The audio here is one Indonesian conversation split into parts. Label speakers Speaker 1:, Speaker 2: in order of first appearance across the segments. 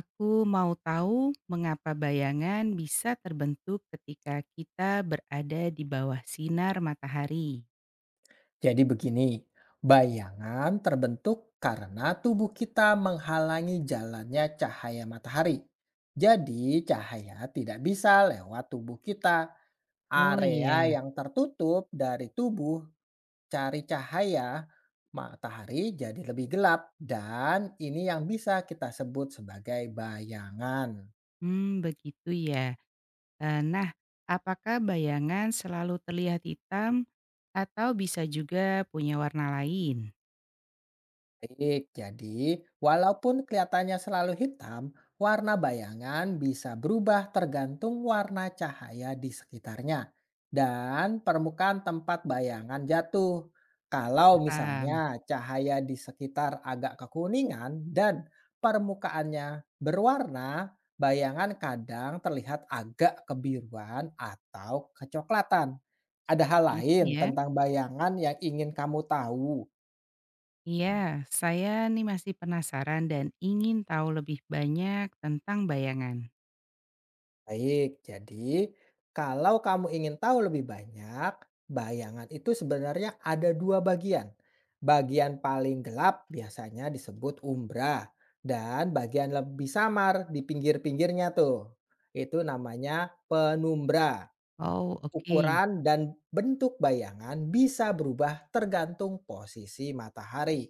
Speaker 1: Aku mau tahu mengapa bayangan bisa terbentuk ketika kita berada di bawah sinar matahari.
Speaker 2: Jadi begini, bayangan terbentuk karena tubuh kita menghalangi jalannya cahaya matahari. Jadi cahaya tidak bisa lewat tubuh kita.
Speaker 1: Oh
Speaker 2: Area
Speaker 1: iya,
Speaker 2: yang tertutup dari tubuh cari cahaya matahari jadi lebih gelap dan ini yang bisa kita sebut sebagai bayangan.
Speaker 1: hmm, begitu ya. Nah, apakah bayangan selalu terlihat hitam atau bisa juga punya warna lain?
Speaker 2: Baik, jadi walaupun kelihatannya selalu hitam, warna bayangan bisa berubah tergantung warna cahaya di sekitarnya dan permukaan tempat bayangan jatuh. Kalau
Speaker 1: Paham,
Speaker 2: misalnya cahaya di sekitar agak kekuningan dan permukaannya berwarna, bayangan kadang terlihat agak kebiruan atau kecoklatan. Ada hal
Speaker 1: seperti itu
Speaker 2: lain
Speaker 1: ya.
Speaker 2: tentang bayangan yang ingin kamu tahu?
Speaker 1: Iya, saya nih masih penasaran dan ingin tahu lebih banyak tentang bayangan.
Speaker 2: Baik, jadi kalau kamu ingin tahu lebih banyak, bayangan itu sebenarnya ada dua bagian. Bagian paling gelap biasanya disebut umbra, dan bagian lebih samar di pinggir-pinggirnya tuh. Itu namanya penumbra.
Speaker 1: Oh, oke.
Speaker 2: Ukuran dan bentuk bayangan bisa berubah tergantung posisi matahari.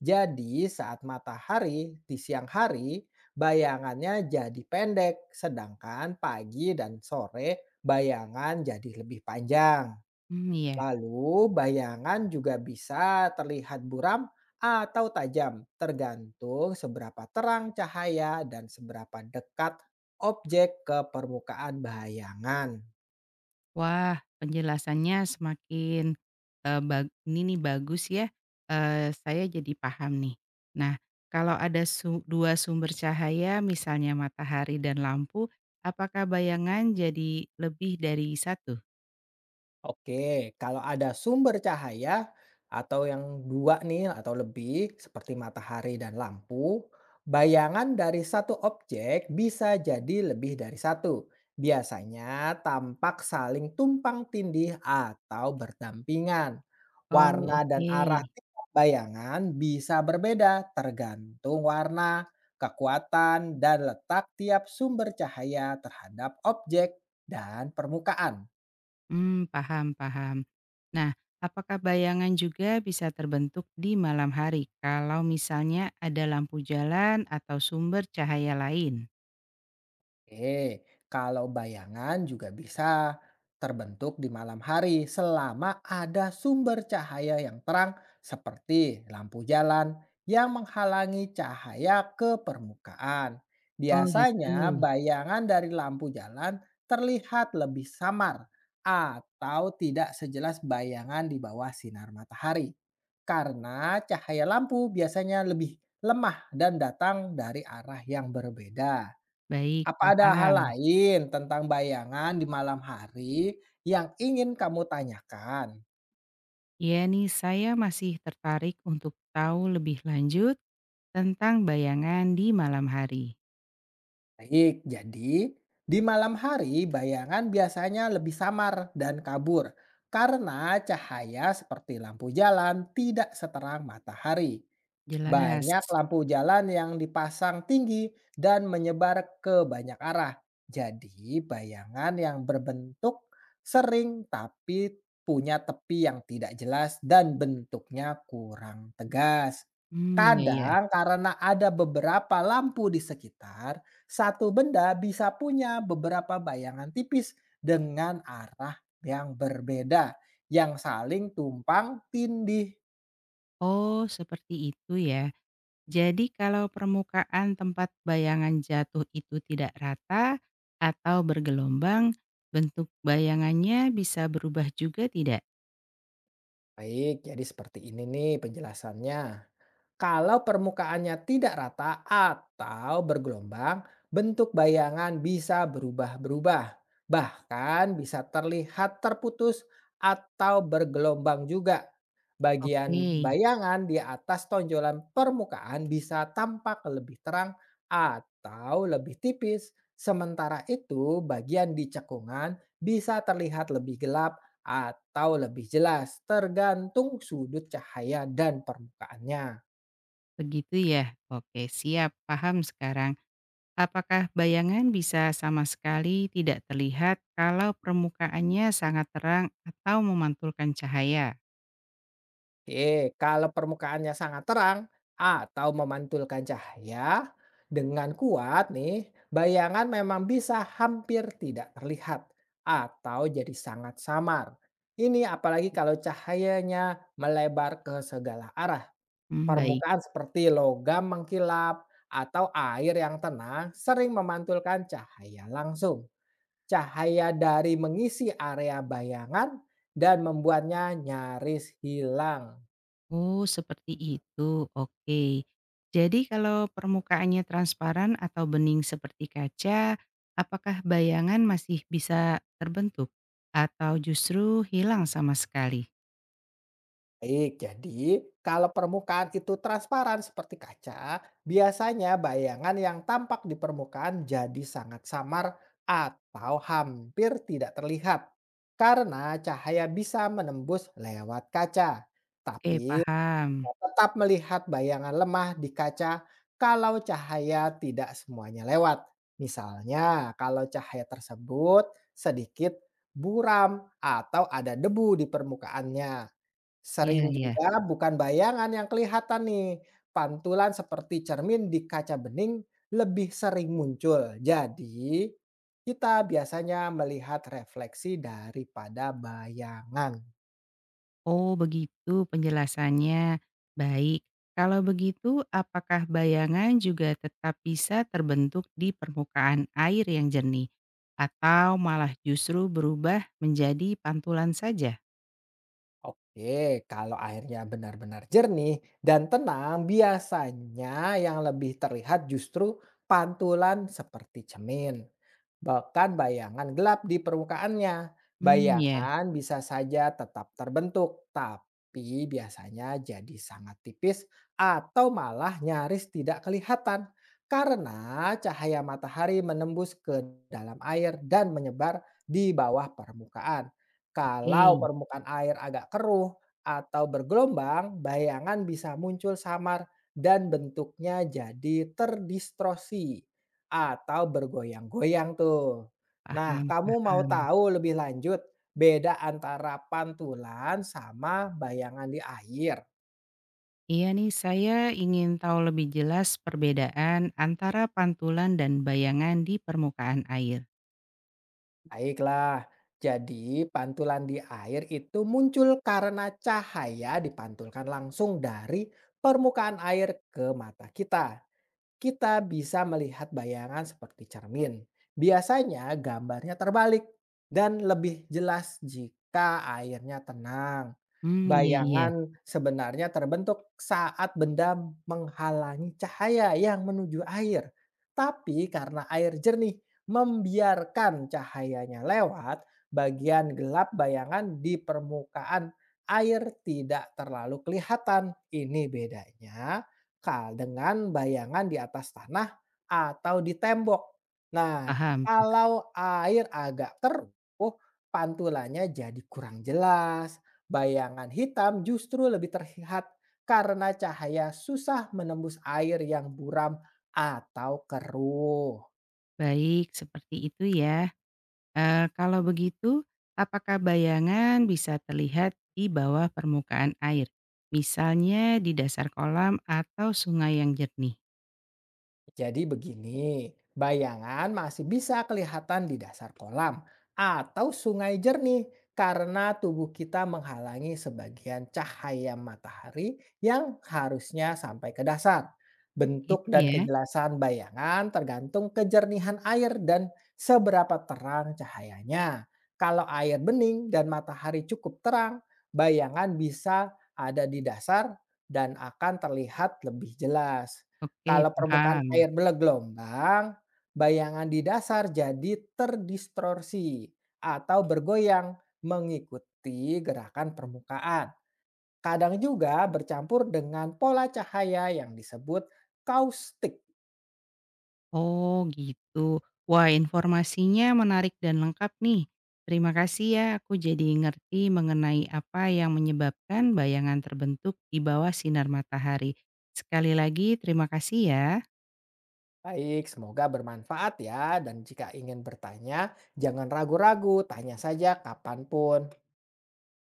Speaker 2: Jadi, saat matahari di siang hari, bayangannya jadi pendek, sedangkan pagi dan sore bayangan jadi lebih panjang.
Speaker 1: Hmm, iya.
Speaker 2: Lalu, bayangan juga bisa terlihat buram atau tajam, tergantung seberapa terang cahaya dan seberapa dekat objek ke permukaan bayangan.
Speaker 1: Wah, penjelasannya semakin, eee, bag ini nih bagus ya, saya jadi paham nih. Nah, kalau ada dua sumber cahaya misalnya matahari dan lampu, apakah bayangan jadi lebih dari satu?
Speaker 2: Oke, kalau ada sumber cahaya atau yang dua nih atau lebih seperti matahari dan lampu, bayangan dari satu objek bisa jadi lebih dari satu. Biasanya tampak saling tumpang tindih atau berdampingan.
Speaker 1: Oh,
Speaker 2: Warna dan
Speaker 1: oke.
Speaker 2: arah tiap bayangan bisa berbeda tergantung warna, kekuatan, dan letak tiap sumber cahaya terhadap objek dan permukaan.
Speaker 1: Mmm, paham, paham. Nah, apakah bayangan juga bisa terbentuk di malam hari kalau misalnya ada lampu jalan atau sumber cahaya lain?
Speaker 2: Oke, kalau bayangan juga bisa terbentuk di malam hari selama ada sumber cahaya yang terang seperti lampu jalan yang menghalangi cahaya ke permukaan.
Speaker 1: Oh gitu,
Speaker 2: Biasanya bayangan dari lampu jalan terlihat lebih samar atau tidak sejelas bayangan di bawah sinar matahari. Karena cahaya lampu biasanya lebih lemah dan datang dari arah yang berbeda.
Speaker 1: baik,
Speaker 2: Apa ada hal
Speaker 1: paham.
Speaker 2: lain tentang bayangan di malam hari yang ingin kamu tanyakan?
Speaker 1: Iya nih, saya masih tertarik untuk tahu lebih lanjut tentang bayangan di malam hari.
Speaker 2: Baik, jadi di malam hari bayangan biasanya lebih samar dan kabur karena cahaya seperti lampu jalan tidak seterang matahari.
Speaker 1: Jelas.
Speaker 2: Banyak lampu jalan yang dipasang tinggi dan menyebar ke banyak arah. Jadi, bayangan yang berbentuk sering tapi punya tepi yang tidak jelas dan bentuknya kurang tegas.
Speaker 1: Hmm, iya ya.
Speaker 2: Kadang karena ada beberapa lampu di sekitar, satu benda bisa punya beberapa bayangan tipis dengan arah yang berbeda yang saling tumpang tindih.
Speaker 1: Oh, seperti itu ya. Jadi kalau permukaan tempat bayangan jatuh itu tidak rata atau bergelombang, bentuk bayangannya bisa berubah juga tidak?
Speaker 2: Baik, jadi seperti ini nih penjelasannya. Kalau permukaannya tidak rata atau bergelombang, bentuk bayangan bisa berubah-berubah, bahkan bisa terlihat terputus atau bergelombang juga.
Speaker 1: Oke,
Speaker 2: Bagian bayangan di atas tonjolan permukaan bisa tampak lebih terang atau lebih tipis, sementara itu bagian di cekungan bisa terlihat lebih gelap atau lebih jelas, tergantung sudut cahaya dan permukaannya.
Speaker 1: begitu ya. Oke, siap, paham sekarang. Apakah bayangan bisa sama sekali tidak terlihat kalau permukaannya sangat terang atau memantulkan cahaya?
Speaker 2: Oke, kalau permukaannya sangat terang atau memantulkan cahaya dengan kuat nih, bayangan memang bisa hampir tidak terlihat atau jadi sangat samar. Ini apalagi kalau cahayanya melebar ke segala arah.
Speaker 1: Mmm, baik.
Speaker 2: Permukaan seperti logam mengkilap atau air yang tenang sering memantulkan cahaya langsung. Cahaya dari mengisi area bayangan dan membuatnya nyaris hilang.
Speaker 1: Oh, seperti itu. Oke. Jadi kalau permukaannya transparan atau bening seperti kaca, apakah bayangan masih bisa terbentuk atau justru hilang sama sekali?
Speaker 2: Baik, jadi kalau permukaan itu transparan seperti kaca, biasanya bayangan yang tampak di permukaan jadi sangat samar atau hampir tidak terlihat karena cahaya bisa menembus lewat kaca.
Speaker 1: Oke,
Speaker 2: Tapi
Speaker 1: paham.
Speaker 2: tetap melihat bayangan lemah di kaca kalau cahaya tidak semuanya lewat. Misalnya, kalau cahaya tersebut sedikit buram atau ada debu di permukaannya.
Speaker 1: Iya
Speaker 2: Sering
Speaker 1: ya.
Speaker 2: juga bukan bayangan yang kelihatan nih, pantulan seperti cermin di kaca bening lebih sering muncul. Jadi, kita biasanya melihat refleksi daripada bayangan.
Speaker 1: Oh, begitu penjelasannya. Baik. Kalau begitu, apakah bayangan juga tetap bisa terbentuk di permukaan air yang jernih atau malah justru berubah menjadi pantulan saja?
Speaker 2: Oke, kalau airnya benar-benar jernih dan tenang, biasanya yang lebih terlihat justru pantulan seperti cermin, bahkan bayangan gelap di permukaannya.
Speaker 1: Hmm, ya.
Speaker 2: Bayangan bisa saja tetap terbentuk, tapi biasanya jadi sangat tipis atau malah nyaris tidak kelihatan karena cahaya matahari menembus ke dalam air dan menyebar di bawah permukaan.
Speaker 1: Oke,
Speaker 2: Kalau permukaan air agak keruh atau bergelombang, bayangan bisa muncul samar dan bentuknya jadi terdistorsi atau bergoyang-goyang tuh. Nah,
Speaker 1: paham,
Speaker 2: kamu mau
Speaker 1: paham.
Speaker 2: tahu lebih lanjut beda antara pantulan sama bayangan di air?
Speaker 1: Iya nih, saya ingin tahu lebih jelas perbedaan antara pantulan dan bayangan di permukaan air.
Speaker 2: Baiklah, jadi pantulan di air itu muncul karena cahaya dipantulkan langsung dari permukaan air ke mata kita. Kita bisa melihat bayangan seperti cermin. Biasanya gambarnya terbalik dan lebih jelas jika airnya tenang.
Speaker 1: Hmm, iya, iya.
Speaker 2: Bayangan sebenarnya terbentuk saat benda menghalangi cahaya yang menuju air. Tapi karena air jernih membiarkan cahayanya lewat, bagian gelap bayangan di permukaan air tidak terlalu kelihatan. Ini bedanya kal dengan bayangan di atas tanah atau di tembok. Nah,
Speaker 1: Paham, paham.
Speaker 2: kalau air agak keruh, pantulannya jadi kurang jelas. Bayangan hitam justru lebih terlihat karena cahaya susah menembus air yang buram atau keruh.
Speaker 1: Baik, seperti itu ya. Kalau begitu, apakah bayangan bisa terlihat di bawah permukaan air, misalnya di dasar kolam atau sungai yang jernih?
Speaker 2: Jadi begini, bayangan masih bisa kelihatan di dasar kolam atau sungai jernih karena tubuh kita menghalangi sebagian cahaya matahari yang harusnya sampai ke dasar. Bentuk
Speaker 1: Gitu
Speaker 2: dan
Speaker 1: ya?
Speaker 2: kejelasan bayangan tergantung kejernihan air dan seberapa terang cahayanya. Kalau air bening dan matahari cukup terang, bayangan bisa ada di dasar dan akan terlihat lebih jelas.
Speaker 1: Oke,
Speaker 2: Kalau permukaan
Speaker 1: paham.
Speaker 2: air bergelombang, bayangan di dasar jadi terdistorsi atau bergoyang mengikuti gerakan permukaan. Kadang juga bercampur dengan pola cahaya yang disebut kaustik.
Speaker 1: Oh, gitu. Wah, informasinya menarik dan lengkap nih. Terima kasih ya, aku jadi ngerti mengenai apa yang menyebabkan bayangan terbentuk di bawah sinar matahari. Sekali lagi terima kasih ya.
Speaker 2: Baik, semoga bermanfaat ya. Dan jika ingin bertanya, jangan ragu-ragu, tanya saja kapanpun.